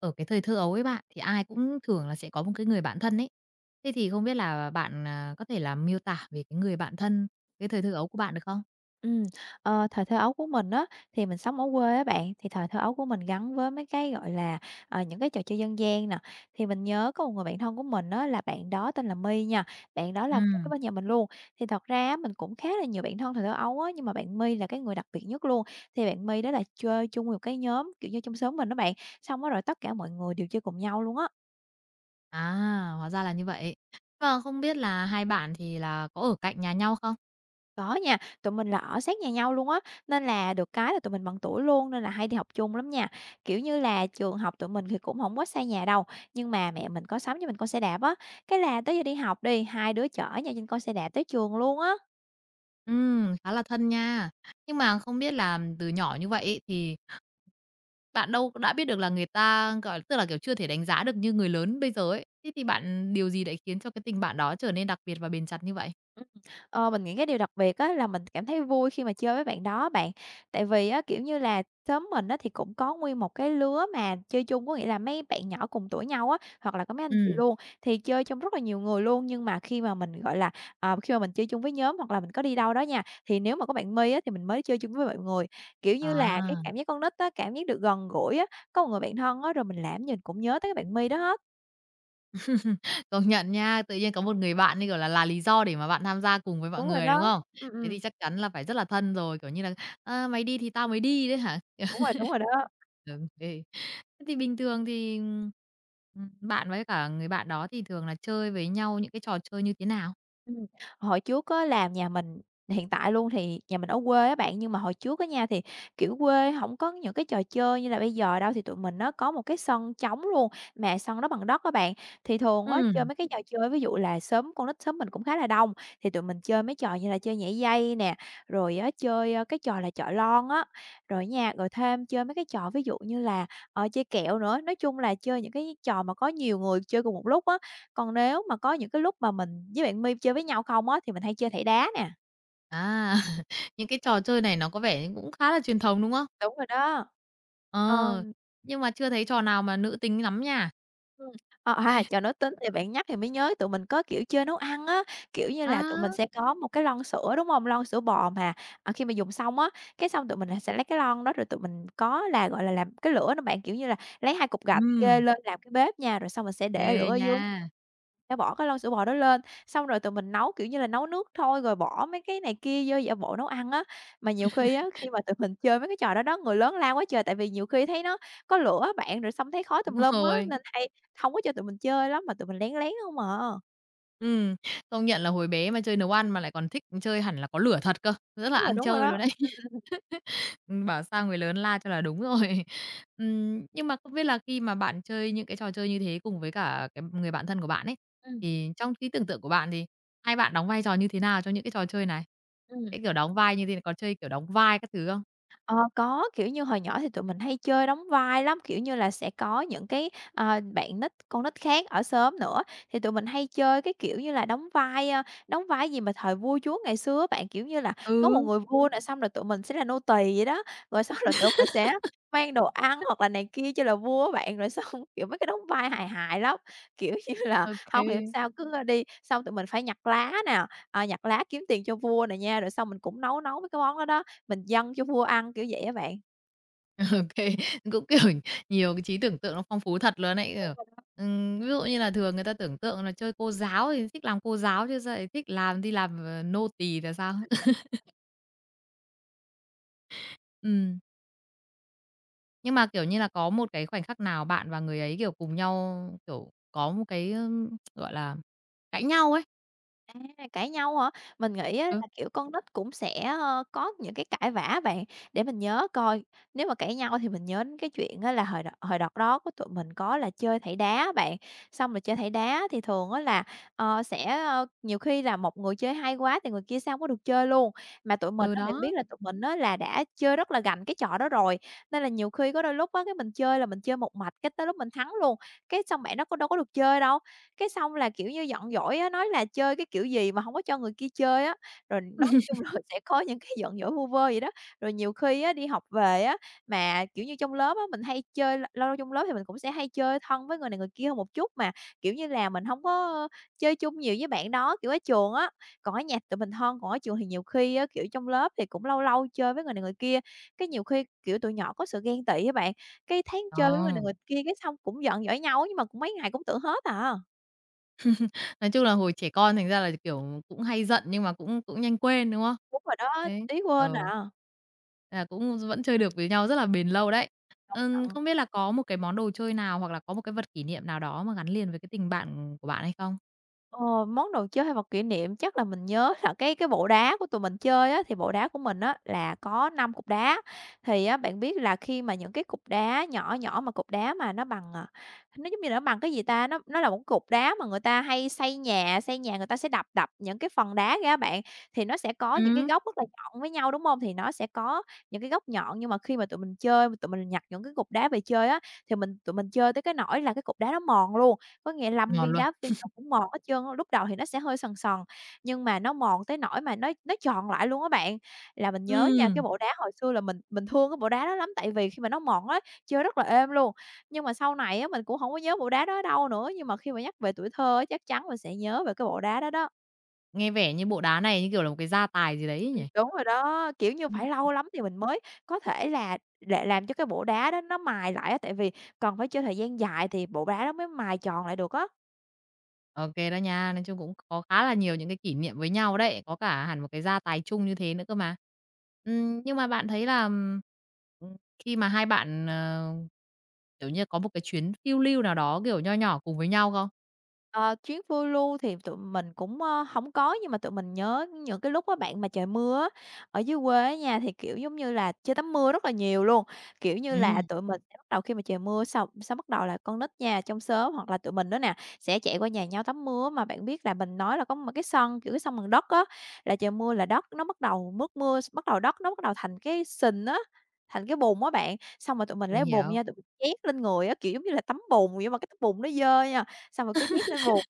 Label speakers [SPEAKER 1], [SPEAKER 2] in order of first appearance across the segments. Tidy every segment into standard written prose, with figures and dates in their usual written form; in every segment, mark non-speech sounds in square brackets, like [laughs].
[SPEAKER 1] Ở cái thời thơ ấu ấy bạn, thì ai cũng thường là sẽ có một cái người bạn thân ấy. Thế thì không biết là bạn, có thể là miêu tả về cái người bạn thân cái thời thơ ấu của bạn được không?
[SPEAKER 2] Ừm, Thời thơ ấu của mình á, thì mình sống ở quê á bạn, thì thời thơ ấu của mình gắn với mấy cái, gọi là, những cái trò chơi dân gian nè. Thì mình nhớ có một người bạn thân của mình á, là bạn đó tên là My nha, bạn đó là kế
[SPEAKER 1] Ừ.
[SPEAKER 2] bên nhà mình luôn. Thì thật ra á, mình cũng khá là nhiều bạn thân thời thơ ấu á, nhưng mà bạn My là cái người đặc biệt nhất luôn. Thì bạn My đó là chơi chung một cái nhóm, kiểu như, trong xóm mình đó bạn, xong á rồi tất cả mọi người đều chơi cùng nhau luôn á.
[SPEAKER 1] À, hóa ra là như vậy. Và không biết là hai bạn thì là có ở cạnh nhà nhau không?
[SPEAKER 2] Có nha, tụi mình là ở sát nhà nhau luôn á, nên là được cái là tụi mình bằng tuổi luôn nên là hay đi học chung lắm nha. Kiểu như là, trường học tụi mình thì cũng không quá xa nhà đâu, nhưng mà mẹ mình có sắm cho mình con xe đạp á, cái là tới giờ đi học đi, hai đứa chở nhau trên con xe đạp tới trường luôn á.
[SPEAKER 1] Ừ, khá là thân nha. Nhưng mà không biết là từ nhỏ như vậy ấy, thì bạn đâu có đã biết được là người ta, gọi tức là, kiểu, chưa thể đánh giá được như người lớn bây giờ ấy. Thế thì bạn điều gì đã khiến cho cái tình bạn đó trở nên đặc biệt và bền chặt như vậy?
[SPEAKER 2] Ừm, mình nghĩ cái điều đặc biệt á là mình cảm thấy vui khi mà chơi với bạn đó bạn. Tại vì á, kiểu như là, xóm mình á thì cũng có nguyên một cái lứa mà chơi chung, có nghĩa là mấy bạn nhỏ cùng tuổi nhau á, hoặc là có mấy
[SPEAKER 1] Ừ.
[SPEAKER 2] anh chị luôn, thì chơi chung rất là nhiều người luôn. Nhưng mà khi mà mình, gọi là, khi mà mình chơi chung với nhóm hoặc là mình có đi đâu đó nha, thì nếu mà có bạn My á thì mình mới chơi chung với mọi người. Kiểu như là, cái
[SPEAKER 1] À.
[SPEAKER 2] cảm giác con nít á, cảm giác được gần gũi á, có một người bạn thân á, rồi mình làm gì mình cũng nhớ tới cái bạn My đó hết.
[SPEAKER 1] Công nhận nha, tự nhiên có một người bạn, như kiểu là lý do để mà bạn tham gia cùng với mọi
[SPEAKER 2] Đúng rồi
[SPEAKER 1] người,
[SPEAKER 2] đó.
[SPEAKER 1] đúng không?
[SPEAKER 2] Ừm,
[SPEAKER 1] Thế thì
[SPEAKER 2] ừm,
[SPEAKER 1] chắc chắn là phải rất là thân rồi, kiểu như là "Ơ, mày đi thì tao mới đi" đấy hả?
[SPEAKER 2] đúng rồi đó.
[SPEAKER 1] Ừ, ê. Thế thì bình thường thì, bạn với cả người bạn đó thì thường là chơi với nhau những cái trò chơi như thế nào?
[SPEAKER 2] Ừm, Hồi trước á là nhà mình hiện tại luôn thì nhà mình ở quê á bạn, nhưng mà hồi trước á nha, thì, kiểu, quê hổng có những cái trò chơi như là bây giờ đâu, thì tụi mình nó có một cái sân trống luôn, mà sân đó bằng đất á bạn. Thì thường á chơi
[SPEAKER 1] Ừ.
[SPEAKER 2] mấy cái trò chơi ví dụ là xóm con nít xóm mình cũng khá là đông, thì tụi mình chơi mấy trò như là chơi nhảy dây nè, rồi á chơi, cái trò là chọi lon á, rồi nha, rồi thêm chơi mấy cái trò ví dụ như là, chơi kẹo nữa. Nói chung là chơi những cái trò mà có nhiều người chơi cùng một lúc á, còn nếu mà có những cái lúc mà mình với bạn My chơi với nhau không á, thì mình hay chơi thẻ đá nè.
[SPEAKER 1] À, [laughs] những cái trò chơi này nó có vẻ cũng khá là truyền thống, đúng không?
[SPEAKER 2] Đúng rồi đó. Ờ,
[SPEAKER 1] Ờ, nhưng mà chưa thấy trò nào mà nữ tính lắm nha.
[SPEAKER 2] ừm, À, trời, nói tính thì bạn nhắc thì mới nhớ tụi mình có, kiểu, chơi nấu ăn á, kiểu như là, tụi mình
[SPEAKER 1] À.
[SPEAKER 2] sẽ có một cái lon sữa, đúng hông? Lon sữa bò mà, khi mà dùng xong á, cái xong tụi mình là sẽ lấy cái lon đó rồi tụi mình có là, gọi là, làm cái lửa nữa bạn, kiểu như là, lấy 2 cục gạch
[SPEAKER 1] Ừ.
[SPEAKER 2] kê lên làm cái bếp nha, rồi xong mình sẽ để lửa
[SPEAKER 1] Ghê
[SPEAKER 2] ở
[SPEAKER 1] nha.
[SPEAKER 2] dưới. Sẽ bỏ cái lon sữa bò đó lên, xong rồi tụi mình nấu, kiểu như là, nấu nước thôi, rồi bỏ mấy cái này kia vô giả bộ nấu ăn á. Mà nhiều khi á, khi mà tụi mình chơi mấy cái trò đó đó, người lớn la quá trời, tại vì nhiều khi thấy nó có lửa á bạn, rồi xong thấy khói tùm
[SPEAKER 1] Đúng
[SPEAKER 2] lum á,
[SPEAKER 1] rồi.
[SPEAKER 2] nên hay hông có cho tụi mình chơi lắm, mà tụi mình lén lén hông à.
[SPEAKER 1] Ừm, công nhận là hồi bé mà chơi nấu ăn mà lại còn thích chơi hẳn là có lửa thật cơ, rất là ăn
[SPEAKER 2] Đúng rồi
[SPEAKER 1] chơi luôn
[SPEAKER 2] đó.
[SPEAKER 1] đấy. [laughs] Bảo sao người lớn la cho là đúng rồi. [laughs] Nhưng mà không biết là khi mà bạn chơi những cái trò chơi như thế cùng với cả cái người bạn thân của bạn ấy,
[SPEAKER 2] Ừm, ừm,
[SPEAKER 1] thì trong trí tưởng tượng của bạn thì hai bạn đóng vai trò như thế nào trong những cái trò chơi này?
[SPEAKER 2] ừm.
[SPEAKER 1] Cái kiểu đóng vai như thế này có chơi kiểu đóng vai các thứ không?
[SPEAKER 2] Ờ, có, kiểu như, hồi nhỏ thì tụi mình hay chơi đóng vai lắm, kiểu như là, sẽ có những cái, bạn nít con nít khác ở xóm nữa, thì tụi mình hay chơi cái kiểu như là đóng vai gì mà thời vua chúa ngày xưa á bạn, kiểu như là, có một
[SPEAKER 1] Ừ.
[SPEAKER 2] người vua nè, xong rồi tụi mình sẽ là nô tỳ vậy đó, rồi xong rồi tụi mình
[SPEAKER 1] [laughs]
[SPEAKER 2] sẽ mang đồ ăn hoặc là này kia cho là vua á bạn, rồi [laughs] xong, kiểu, mấy cái đóng vai hài hài lắm. Kiểu như là, không hiểu
[SPEAKER 1] OK.
[SPEAKER 2] sao cứ, đi xong tụi mình phải nhặt lá nè, nhặt lá kiếm tiền cho vua nè nha, rồi xong mình cũng nấu nấu mấy cái món đó đó. Mình dâng cho vua ăn, kiểu vậy á bạn.
[SPEAKER 1] [laughs] Ô cũng, kiểu, nhiều cái trí tưởng tượng nó phong phú thật luôn ấy, kiểu,
[SPEAKER 2] Đúng.
[SPEAKER 1] ví dụ như là thường người ta tưởng tượng là chơi cô giáo thì thích làm cô giáo chứ sao lại thích làm đi làm, nô tì là sao? [laughs] Ừm, nhưng mà, kiểu như là, có một cái khoảnh khắc nào bạn và người ấy, kiểu, cùng nhau, kiểu, có một cái, gọi là, cãi nhau ấy?
[SPEAKER 2] À, cãi nhau hả? Mình nghĩ á
[SPEAKER 1] Ừ,
[SPEAKER 2] là, kiểu, con nít cũng sẽ, có những cái cãi vã bạn. Để mình nhớ coi, nếu mà cãi nhau thì mình nhớ đến cái chuyện á là hồi đợt đó của tụi mình có là chơi thảy đá á bạn. Xong rồi chơi thảy đá thì thường á là, sẽ, nhiều khi là một người chơi hay quá thì người kia sao hông có được chơi luôn. Mà tụi mình
[SPEAKER 1] ừ,
[SPEAKER 2] á, bạn biết
[SPEAKER 1] đó.
[SPEAKER 2] là tụi mình á là đã chơi rất là gành cái trò đó rồi, nên là nhiều khi có đôi lúc á, cái mình chơi là mình chơi một mạch cái tới lúc mình thắng luôn, cái xong bạn đó có đâu có được chơi đâu. Cái xong là, kiểu như, giận dỗi á, nói là chơi cái kiểu gì mà hổng có cho người kia chơi á, rồi nói chung là [laughs] sẽ có những cái giận dỗi vu vơ vậy đó. Rồi nhiều khi á, đi học về á, mà, kiểu như, trong lớp á, mình hay chơi lâu lâu trong lớp thì mình cũng sẽ hay chơi thân với người này người kia hơn một chút mà, kiểu như là, mình hông có chơi chung nhiều với bạn đó, kiểu, ở trường á. Còn ở nhà tụi mình thân, còn ở trường thì nhiều khi á, kiểu, trong lớp thì cũng lâu lâu chơi với người này người kia, cái nhiều khi, kiểu, tụi nhỏ có sự ghen tị á bạn, cái thấy chơi với người
[SPEAKER 1] Ờ.
[SPEAKER 2] này người kia cái xong cũng giận dỗi nhau á, nhưng mà cũng mấy ngày cũng tự hết à.
[SPEAKER 1] Nói chung là hồi trẻ con thành ra là, kiểu, cũng hay giận nhưng mà cũng cũng nhanh quên, đúng không?
[SPEAKER 2] Đúng rồi đó,
[SPEAKER 1] Thế
[SPEAKER 2] Tí quên
[SPEAKER 1] ừ.
[SPEAKER 2] à,
[SPEAKER 1] Là cũng vẫn chơi được với nhau rất là bền lâu đấy.
[SPEAKER 2] công nhận.
[SPEAKER 1] Không biết là có một cái món đồ chơi nào hoặc là có một cái vật kỷ niệm nào đó mà gắn liền với cái tình bạn của bạn hay không?
[SPEAKER 2] Ờ, món đồ chơi hay vật kỷ niệm chắc là mình nhớ là cái bộ đá của tụi mình chơi á, thì bộ đá của mình á là có 5 cục đá. Thì á, bạn biết là khi mà những cái cục đá nhỏ nhỏ mà cục đá mà nó bằng, nó giống như là nó bằng cái gì ta? Nó là một cục đá mà người ta hay xây nhà, người ta sẽ đập đập những cái phần đá ra bạn, thì nó sẽ có những cái
[SPEAKER 1] Ừm.
[SPEAKER 2] góc rất là nhọn với nhau, đúng không? Thì nó sẽ có những cái góc nhọn, nhưng mà khi mà tụi mình chơi, tụi mình nhặt những cái cục đá về chơi á, thì tụi mình chơi tới cái nỗi là cái cục đá nó mòn luôn. Có nghĩa lăm
[SPEAKER 1] Ngon
[SPEAKER 2] viên
[SPEAKER 1] luôn.
[SPEAKER 2] đá viên nào cũng mòn hết trơn á, lúc đầu thì nó sẽ hơi sần sần, nhưng mà nó mòn tới nỗi mà nó tròn lại luôn á bạn. Là mình nhớ nha, cái
[SPEAKER 1] Ừm,
[SPEAKER 2] bộ đá hồi xưa là mình thương cái bộ đá đó lắm, tại vì khi mà nó mòn á, chơi rất là êm luôn. Nhưng mà sau này á, mình cũng hổng có nhớ bộ đá đó ở đâu nữa, nhưng mà khi mà nhắc về tuổi thơ á, chắc chắn mình sẽ nhớ về cái bộ đá đó đó.
[SPEAKER 1] nghe vẻ như bộ đá này như kiểu là một cái gia tài gì đấy nhỉ?
[SPEAKER 2] Đúng rồi đó, kiểu như, phải lâu lắm thì mình mới có thể là để làm cho cái bộ đá đó nó mài lại á, tại vì cần phải chơi thời gian dài thì bộ đá đó mới mài tròn lại được á.
[SPEAKER 1] OK đó nha, nói chung cũng có khá là nhiều những cái kỷ niệm với nhau đấy, có cả hẳn một cái gia tài chung như thế nữa cơ mà. Nhưng mà bạn thấy là, khi mà hai bạn, kiểu như, có một cái chuyến phiêu lưu nào đó, kiểu, nho nhỏ cùng với nhau không?
[SPEAKER 2] Ờ, Chuyến phiêu lưu thì tụi mình cũng, hổng có, nhưng mà tụi mình nhớ những cái lúc á bạn mà trời mưa á, ở dưới quê á nha, thì, kiểu, giống như là, chơi tắm mưa rất là nhiều luôn. Kiểu như
[SPEAKER 1] Ừm,
[SPEAKER 2] là, tụi mình sẽ bắt đầu khi mà trời mưa xong xong bắt đầu là con nít nha, trong xóm hoặc là tụi mình nữa nè, sẽ chạy qua nhà nhau tắm mưa. Mà bạn biết là mình nói là có một cái sân, kiểu, cái sân bằng đất á, là trời mưa là đất nó bắt đầu mướt mưa, bắt đầu đất nó bắt đầu thành cái sình á, thành cái bùn á bạn. Xong rồi tụi mình
[SPEAKER 1] mình
[SPEAKER 2] lấy bùn
[SPEAKER 1] hiểu.
[SPEAKER 2] nha, tụi mình trét lên người á, kiểu, giống như là tắm bùn nhưng mà cái tóc bùn nó dơ nha. Xong rồi cứ nhét lên vườn,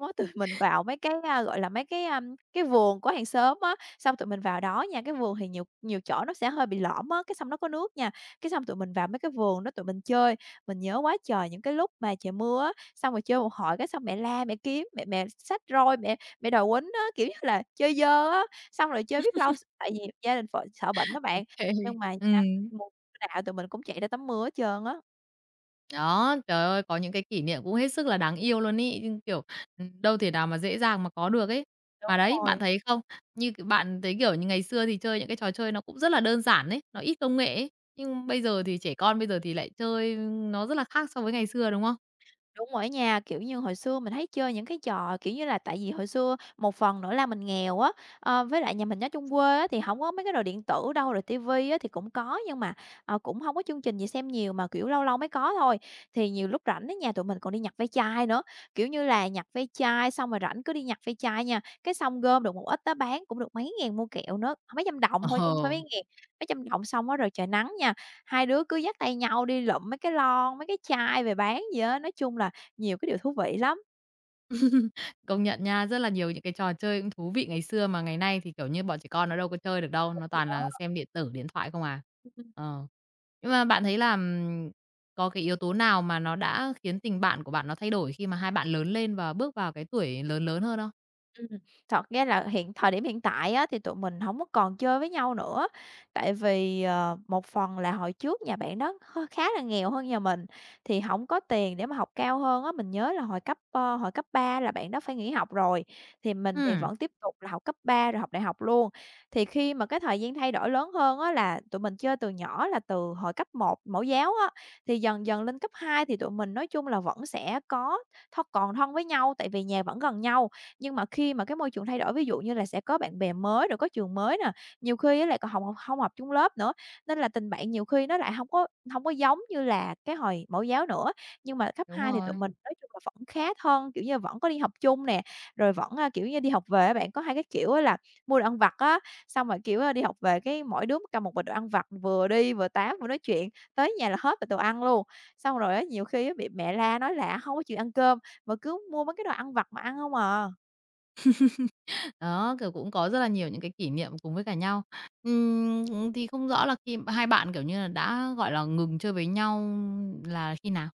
[SPEAKER 2] đó, tụi mình vào mấy cái, gọi là, mấy cái, cái vườn của hàng xóm á, xong tụi mình vào đó nha, cái vườn thì nhiều nhiều chỗ nó sẽ hơi bị lõm á, cái xong nó có nước nha, cái xong tụi mình vào mấy cái vườn đó tụi mình chơi. Mình nhớ quá trời những cái lúc mà trời mưa á, xong rồi chơi một hồi cái xong mẹ la, mẹ kiếm, mẹ mẹ xách roi, mẹ mẹ đòi quýnh á, kiểu như là, chơi dơ á, xong rồi chơi biết lâu s tại vì gia đình phợ sợ bệnh đó bạn,
[SPEAKER 1] [laughs]
[SPEAKER 2] nhưng mà nha,
[SPEAKER 1] Ừm.
[SPEAKER 2] mùa nào tụi mình cũng chạy ra tắm mưa hết trơn á.
[SPEAKER 1] Đó, trời ơi, có những cái kỷ niệm cũng hết sức là đáng yêu luôn ấy, nhưng, kiểu, đâu thể nào mà dễ dàng mà có được ấy.
[SPEAKER 2] Đúng
[SPEAKER 1] Mà đấy, bạn
[SPEAKER 2] rồi.
[SPEAKER 1] thấy không, như c bạn thấy, kiểu như, ngày xưa thì chơi những cái trò chơi nó cũng rất là đơn giản ấy, nó ít công nghệ ấy, nhưng bây giờ thì trẻ con bây giờ thì lại chơi nó rất là khác so với ngày xưa, đúng không?
[SPEAKER 2] Đúng rồi á nha, kiểu như, hồi xưa mình thấy chơi những cái trò, kiểu như là, tại vì hồi xưa một phần nữa là mình nghèo á, với lại nhà mình ở chung quê á thì không có mấy cái đồ điện tử đâu, rồi tivi á thì cũng có nhưng mà, cũng không có chương trình gì xem nhiều mà, kiểu, lâu lâu mới có thôi. Thì nhiều lúc rảnh á nhà tụi mình còn đi nhặt ve chai nữa, kiểu như là, nhặt ve chai xong rồi rảnh cứ đi nhặt ve chai nha, cái xong gom được một ít đó bán cũng được mấy ngàn mua kẹo nữa, mấy trăm đồng thôi chứ không phải
[SPEAKER 1] Ờ.
[SPEAKER 2] mấy ngàn, mấy trăm đồng xong á rồi trời nắng nha. Hai đứa cứ dắt tay nhau đi lụm mấy cái lon, mấy cái chai về bán gì á, nói chung là nhiều cái điều thú vị lắm.
[SPEAKER 1] Công nhận nha, rất là nhiều những cái trò chơi cũng thú vị ngày xưa mà ngày nay thì, kiểu như, bọn trẻ con nó đâu có chơi được đâu, nó toàn là xem điện tử, điện thoại không à. Ờ. Nhưng mà bạn thấy là, có cái yếu tố nào mà nó đã khiến tình bạn của bạn nó thay đổi khi mà hai bạn lớn lên và bước vào cái tuổi lớn lớn hơn không?
[SPEAKER 2] Ừm, thật ra là hiện thời điểm hiện tại á, thì tụi mình hổng có còn chơi với nhau nữa, tại vì, một phần là hồi trước nhà bạn đó hơi khá là nghèo hơn nhà mình, thì hổng có tiền để mà học cao hơn á. Mình nhớ là hồi cấp, hồi cấp 3 là bạn đó phải nghỉ học rồi, thì mình thì
[SPEAKER 1] Ừm,
[SPEAKER 2] vẫn tiếp tục là học cấp 3 rồi học đại học luôn. Thì khi mà cái thời gian thay đổi lớn hơn á, là tụi mình chơi từ nhỏ là từ hồi cấp một mẫu giáo á, thì dần dần lên cấp 2 thì tụi mình nói chung là vẫn sẽ có thân còn thân với nhau, tại vì nhà vẫn gần nhau. Nhưng mà khi mà cái môi trường thay đổi, ví dụ như là sẽ có bạn bè mới, rồi có trường mới nè, nhiều khi á lại còn học không học chung lớp nữa, nên là tình bạn nhiều khi nó lại không có giống như là cái hồi mẫu giáo nữa. Nhưng mà cấp
[SPEAKER 1] đúng
[SPEAKER 2] 2 thì tụi
[SPEAKER 1] rồi.
[SPEAKER 2] mình nói chung là vẫn khá thân, kiểu như, vẫn có đi học chung nè, rồi vẫn, kiểu như, đi học về á bạn, có hai cái kiểu á là mua đồ ăn vặt á, xong rồi, kiểu, đi học về cái mỗi đứa cầm một bịch đồ ăn vặt, vừa đi vừa tám vừa nói chuyện, tới nhà là hết bịch đồ ăn luôn. Xong rồi á, nhiều khi á bị mẹ la nói là không có chịu ăn cơm mà cứ mua mấy cái đồ ăn vặt mà ăn không à."
[SPEAKER 1] Đó, kiểu, cũng có rất là nhiều những cái kỷ niệm cùng với cả nhau. Thì không rõ là khi hai bạn, kiểu như là, đã, gọi là, ngừng chơi với nhau là khi nào?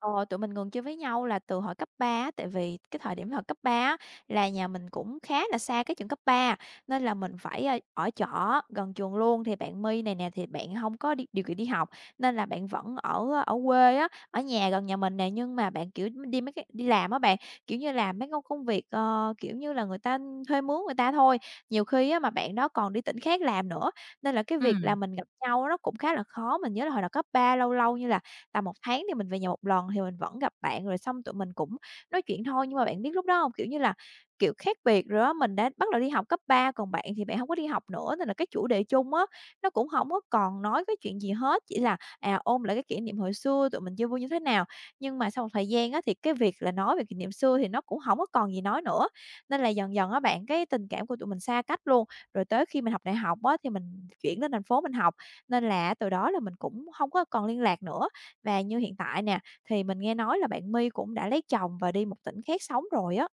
[SPEAKER 2] Ờ, tụi mình ngừng chơi với nhau là từ hồi cấp 3, á, tại vì cái thời điểm hồi cấp 3 á, là nhà mình cũng khá là xa cái trường cấp 3, nên là mình phải, ở trọ gần trường luôn. Thì bạn My này nè, thì bạn không có đi điều kiện đi học, nên là bạn vẫn ở ở quê á, ở nhà gần nhà mình nè, nhưng mà bạn, kiểu, đi mấy cái đi làm á bạn, kiểu như, làm mấy công công việc, kiểu như là, người ta thuê mướn người ta thôi. Nhiều khi á, mà bạn đó còn đi tỉnh khác làm nữa, nên là cái việc là
[SPEAKER 1] Ừm.
[SPEAKER 2] mình gặp nhau nó cũng khá là khó. Mình nhớ là hồi đầu cấp 3 lâu lâu như là tầm một tháng thì mình về nhà một lần thì mình vẫn gặp bạn, rồi xong tụi mình cũng nói chuyện thôi. Nhưng mà bạn biết lúc đó không? Kiểu như là, kiểu, khác biệt rồi á, mình đã bắt đầu đi học cấp 3 còn bạn thì bạn không có đi học nữa, nên là cái chủ đề chung á, nó cũng không có còn nói cái chuyện gì hết, chỉ là, ôn lại cái kỷ niệm hồi xưa tụi mình chơi vui như thế nào. Nhưng mà sau một thời gian á, thì cái việc là nói về kỷ niệm xưa thì nó cũng không có còn gì nói nữa, nên là dần dần á bạn, cái tình cảm của tụi mình xa cách luôn. Rồi tới khi mình học đại học á, thì mình chuyển lên thành phố mình học, nên là từ đó là mình cũng không có còn liên lạc nữa. Và như hiện tại nè, thì mình nghe nói là bạn My cũng đã lấy chồng và đi một tỉnh khác sống rồi á.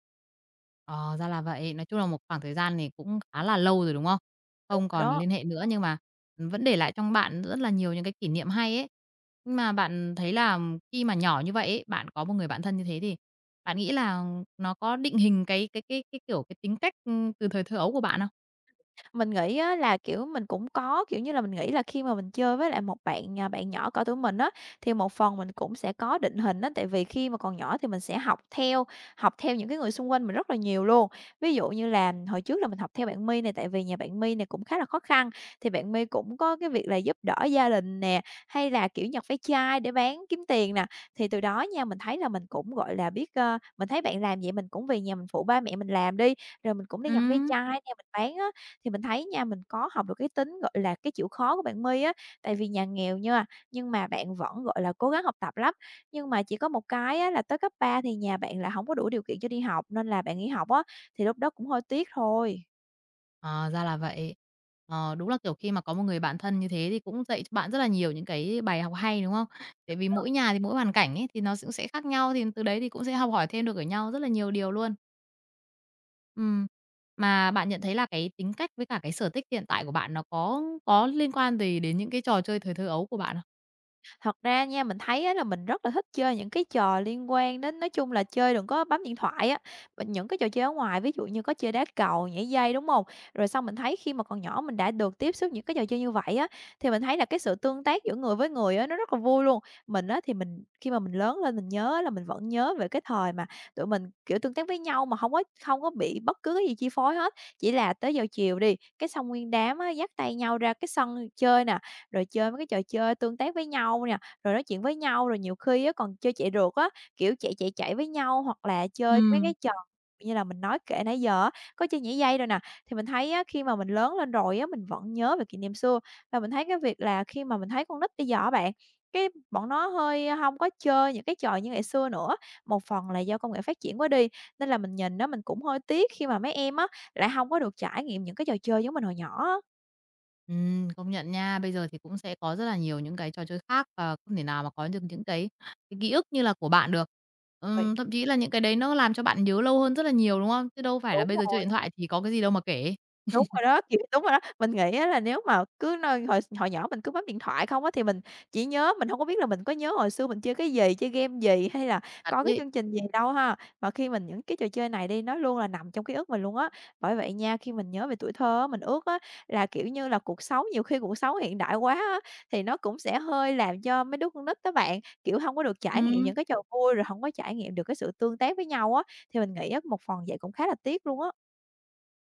[SPEAKER 1] Ờ, ra là vậy. Nói chung là một khoảng thời gian thì cũng khá là lâu rồi, đúng không?
[SPEAKER 2] Đúng
[SPEAKER 1] Không
[SPEAKER 2] rồi
[SPEAKER 1] còn
[SPEAKER 2] đó.
[SPEAKER 1] liên hệ nữa nhưng mà vẫn để lại trong bạn rất là nhiều những cái kỷ niệm hay ấy. Nhưng mà bạn thấy là khi mà nhỏ như vậy ấy, bạn có một người bạn thân như thế thì bạn nghĩ là nó có định hình cái, kiểu, cái tính cách, từ thời thơ ấu của bạn không?
[SPEAKER 2] Mình nghĩ á là, kiểu, mình cũng có, kiểu như là, mình nghĩ là khi mà mình chơi với lại một bạn, bạn nhỏ cỡ tuổi mình á, thì một phần mình cũng sẽ có định hình á, tại vì khi mà còn nhỏ thì mình sẽ học theo những cái người xung quanh mình rất là nhiều luôn. Ví dụ như là hồi trước là mình học theo bạn My này tại vì nhà bạn My này cũng khá là khó khăn, thì bạn My cũng có cái việc là giúp đỡ gia đình nè, hay là, kiểu, nhặt ve chai để bán kiếm tiền nè. Thì từ đó nha, mình thấy là mình cũng, gọi là, biết, mình thấy bạn làm vậy mình cũng về nhà mình phụ ba mẹ mình làm đi, rồi mình cũng đi nhặt ve
[SPEAKER 1] Ừm.
[SPEAKER 2] chai nè, mình bán á, thì mình thấy nha, mình có học được cái tính, gọi là, cái chịu khó của bạn My á, tại vì nhà nghèo nha, nhưng mà bạn vẫn, gọi là, cố gắng học tập lắm. Nhưng mà chỉ có một cái á là tới cấp 3 thì nhà bạn lại không có đủ điều kiện cho đi học, nên là bạn nghỉ học á, thì lúc đó cũng hơi tiếc thôi.
[SPEAKER 1] Ờ, ra là vậy. Ờ, đúng là, kiểu, khi mà có một người bạn thân như thế thì cũng dạy cho bạn rất là nhiều những cái bài học hay, đúng không? Tại vì mỗi nhà thì mỗi hoàn cảnh ấy, thì nó cũng sẽ khác nhau, thì từ đấy thì cũng sẽ học hỏi thêm được ở nhau rất là nhiều điều luôn. Ừm, mà bạn nhận thấy là cái tính cách với cả cái sở thích hiện tại của bạn nó có liên quan gì đến những cái trò chơi thời thơ ấu của bạn không?
[SPEAKER 2] Thật ra nha, mình thấy á là mình rất là thích chơi những cái trò liên quan đến nói chung là chơi đừng có bấm điện thoại á, mình những cái trò chơi ở ngoài, ví dụ như có chơi đá cầu, nhảy dây, đúng không? Rồi xong mình thấy khi mà còn nhỏ mình đã được tiếp xúc những cái trò chơi như vậy á, thì mình thấy là cái sự tương tác giữa người với người á, nó rất là vui luôn. Mình á thì mình khi mà mình lớn lên mình nhớ là mình vẫn nhớ về cái thời mà tụi mình, kiểu, tương tác với nhau mà không có bị bất cứ cái gì chi phối hết, chỉ là tới giờ chiều đi, cái xong nguyên đám á dắt tay nhau ra cái sân chơi nè, rồi chơi mấy cái trò chơi tương tác với nhau nè, rồi nói chuyện với nhau, rồi nhiều khi á còn chơi chạy rượt á, kiểu, chạy, chạy, chạy với nhau hoặc là chơi mấy
[SPEAKER 1] Ừm.
[SPEAKER 2] cái trò như là mình nói kể nãy giờ á, có chơi nhảy dây rồi nè. Thì mình thấy á, khi mà mình lớn lên rồi á, mình vẫn nhớ về kỷ niệm xưa và mình thấy cái việc là khi mà mình thấy con nít bây giờ á bạn, cái bọn nó hơi không có chơi những cái trò như ngày xưa nữa. Một phần là do công nghệ phát triển quá đi, nên là mình nhìn á, mình cũng hơi tiếc khi mà mấy em á, lại không có được trải nghiệm những cái trò chơi giống mình hồi nhỏ á.
[SPEAKER 1] Công nhận nha. Bây giờ thì cũng sẽ có rất là nhiều những cái trò chơi khác và không thể nào mà có được những cái ký ức như là của bạn được.
[SPEAKER 2] Rồi,
[SPEAKER 1] Thậm chí là những cái đấy nó làm cho bạn nhớ lâu hơn rất là nhiều, đúng không? Chứ đâu phải là
[SPEAKER 2] đúng
[SPEAKER 1] bây giờ chơi
[SPEAKER 2] rồi.
[SPEAKER 1] điện thoại thì có cái gì đâu mà kể.
[SPEAKER 2] Đúng rồi đó, kiểu đúng rồi đó. Mình nghĩ á là nếu mà cứ nơi hồi hồi nhỏ mình cứ bấm điện thoại không á, thì mình chỉ nhớ mình hông có biết là mình có nhớ hồi xưa mình chơi cái gì, chơi game gì hay là
[SPEAKER 1] Thật
[SPEAKER 2] coi cái
[SPEAKER 1] đấy.
[SPEAKER 2] chương trình gì đâu ha. Mà khi mình những cái trò chơi này đi, nó luôn là nằm trong ký ức mình luôn á. Bởi vậy nha, khi mình nhớ về tuổi thơ á, mình ước á là, kiểu như là, cuộc sống nhiều khi cuộc sống hiện đại quá á, thì nó cũng sẽ hơi làm cho mấy đứa con nít đó bạn, kiểu, hông có được trải nghiệm
[SPEAKER 1] Ừm,
[SPEAKER 2] những cái trò vui, rồi hổng có trải nghiệm được cái sự tương tác với nhau á. Thì mình nghĩ á, một phần vậy cũng khá là tiếc luôn á.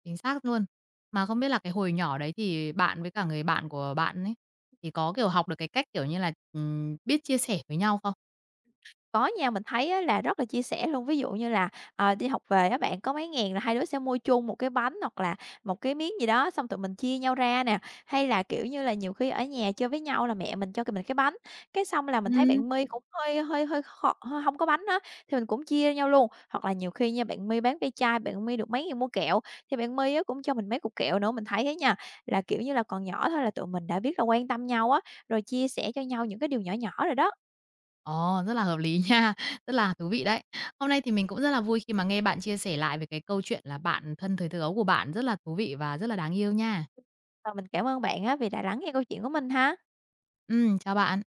[SPEAKER 1] chính xác luôn. Mà không biết là cái hồi nhỏ đấy thì bạn với cả người bạn của bạn ấy, thì có, kiểu, học được cái cách, kiểu như là, biết chia sẻ với nhau không?
[SPEAKER 2] Có nha, mình thấy á là rất là chia sẻ luôn. Ví dụ như là, đi học về á bạn, có mấy ngàn là hai đứa sẽ mua chung một cái bánh hoặc là một cái miếng gì đó, xong tụi mình chia nhau ra nè. Hay là, kiểu như là, nhiều khi ở nhà chơi với nhau là mẹ mình cho c mình cái bánh, cái xong là mình thấy
[SPEAKER 1] Ừm.
[SPEAKER 2] bạn My cũng hơi hơi hơi khó hơi hông có bánh á, thì mình cũng chia nhau luôn. Hoặc là nhiều khi nha, bạn My bán ve chai, bạn My được mấy ngàn mua kẹo, thì bạn My á cũng cho mình mấy cục kẹo nữa. Mình thấy á nha, là, kiểu như là, còn nhỏ thôi là tụi mình đã biết là quan tâm nhau á, rồi chia sẻ cho nhau những cái điều nhỏ nhỏ rồi đó.
[SPEAKER 1] Ồ, rất là hợp lý nha, [laughs] rất là thú vị đấy. Hôm nay thì mình cũng rất là vui khi mà nghe bạn chia sẻ lại về cái câu chuyện là bạn thân thời thơ ấu của bạn rất là thú vị và rất là đáng yêu nha.
[SPEAKER 2] Và mình cảm ơn bạn á vì đã lắng nghe câu chuyện của mình ha.
[SPEAKER 1] Ừ chào bạn.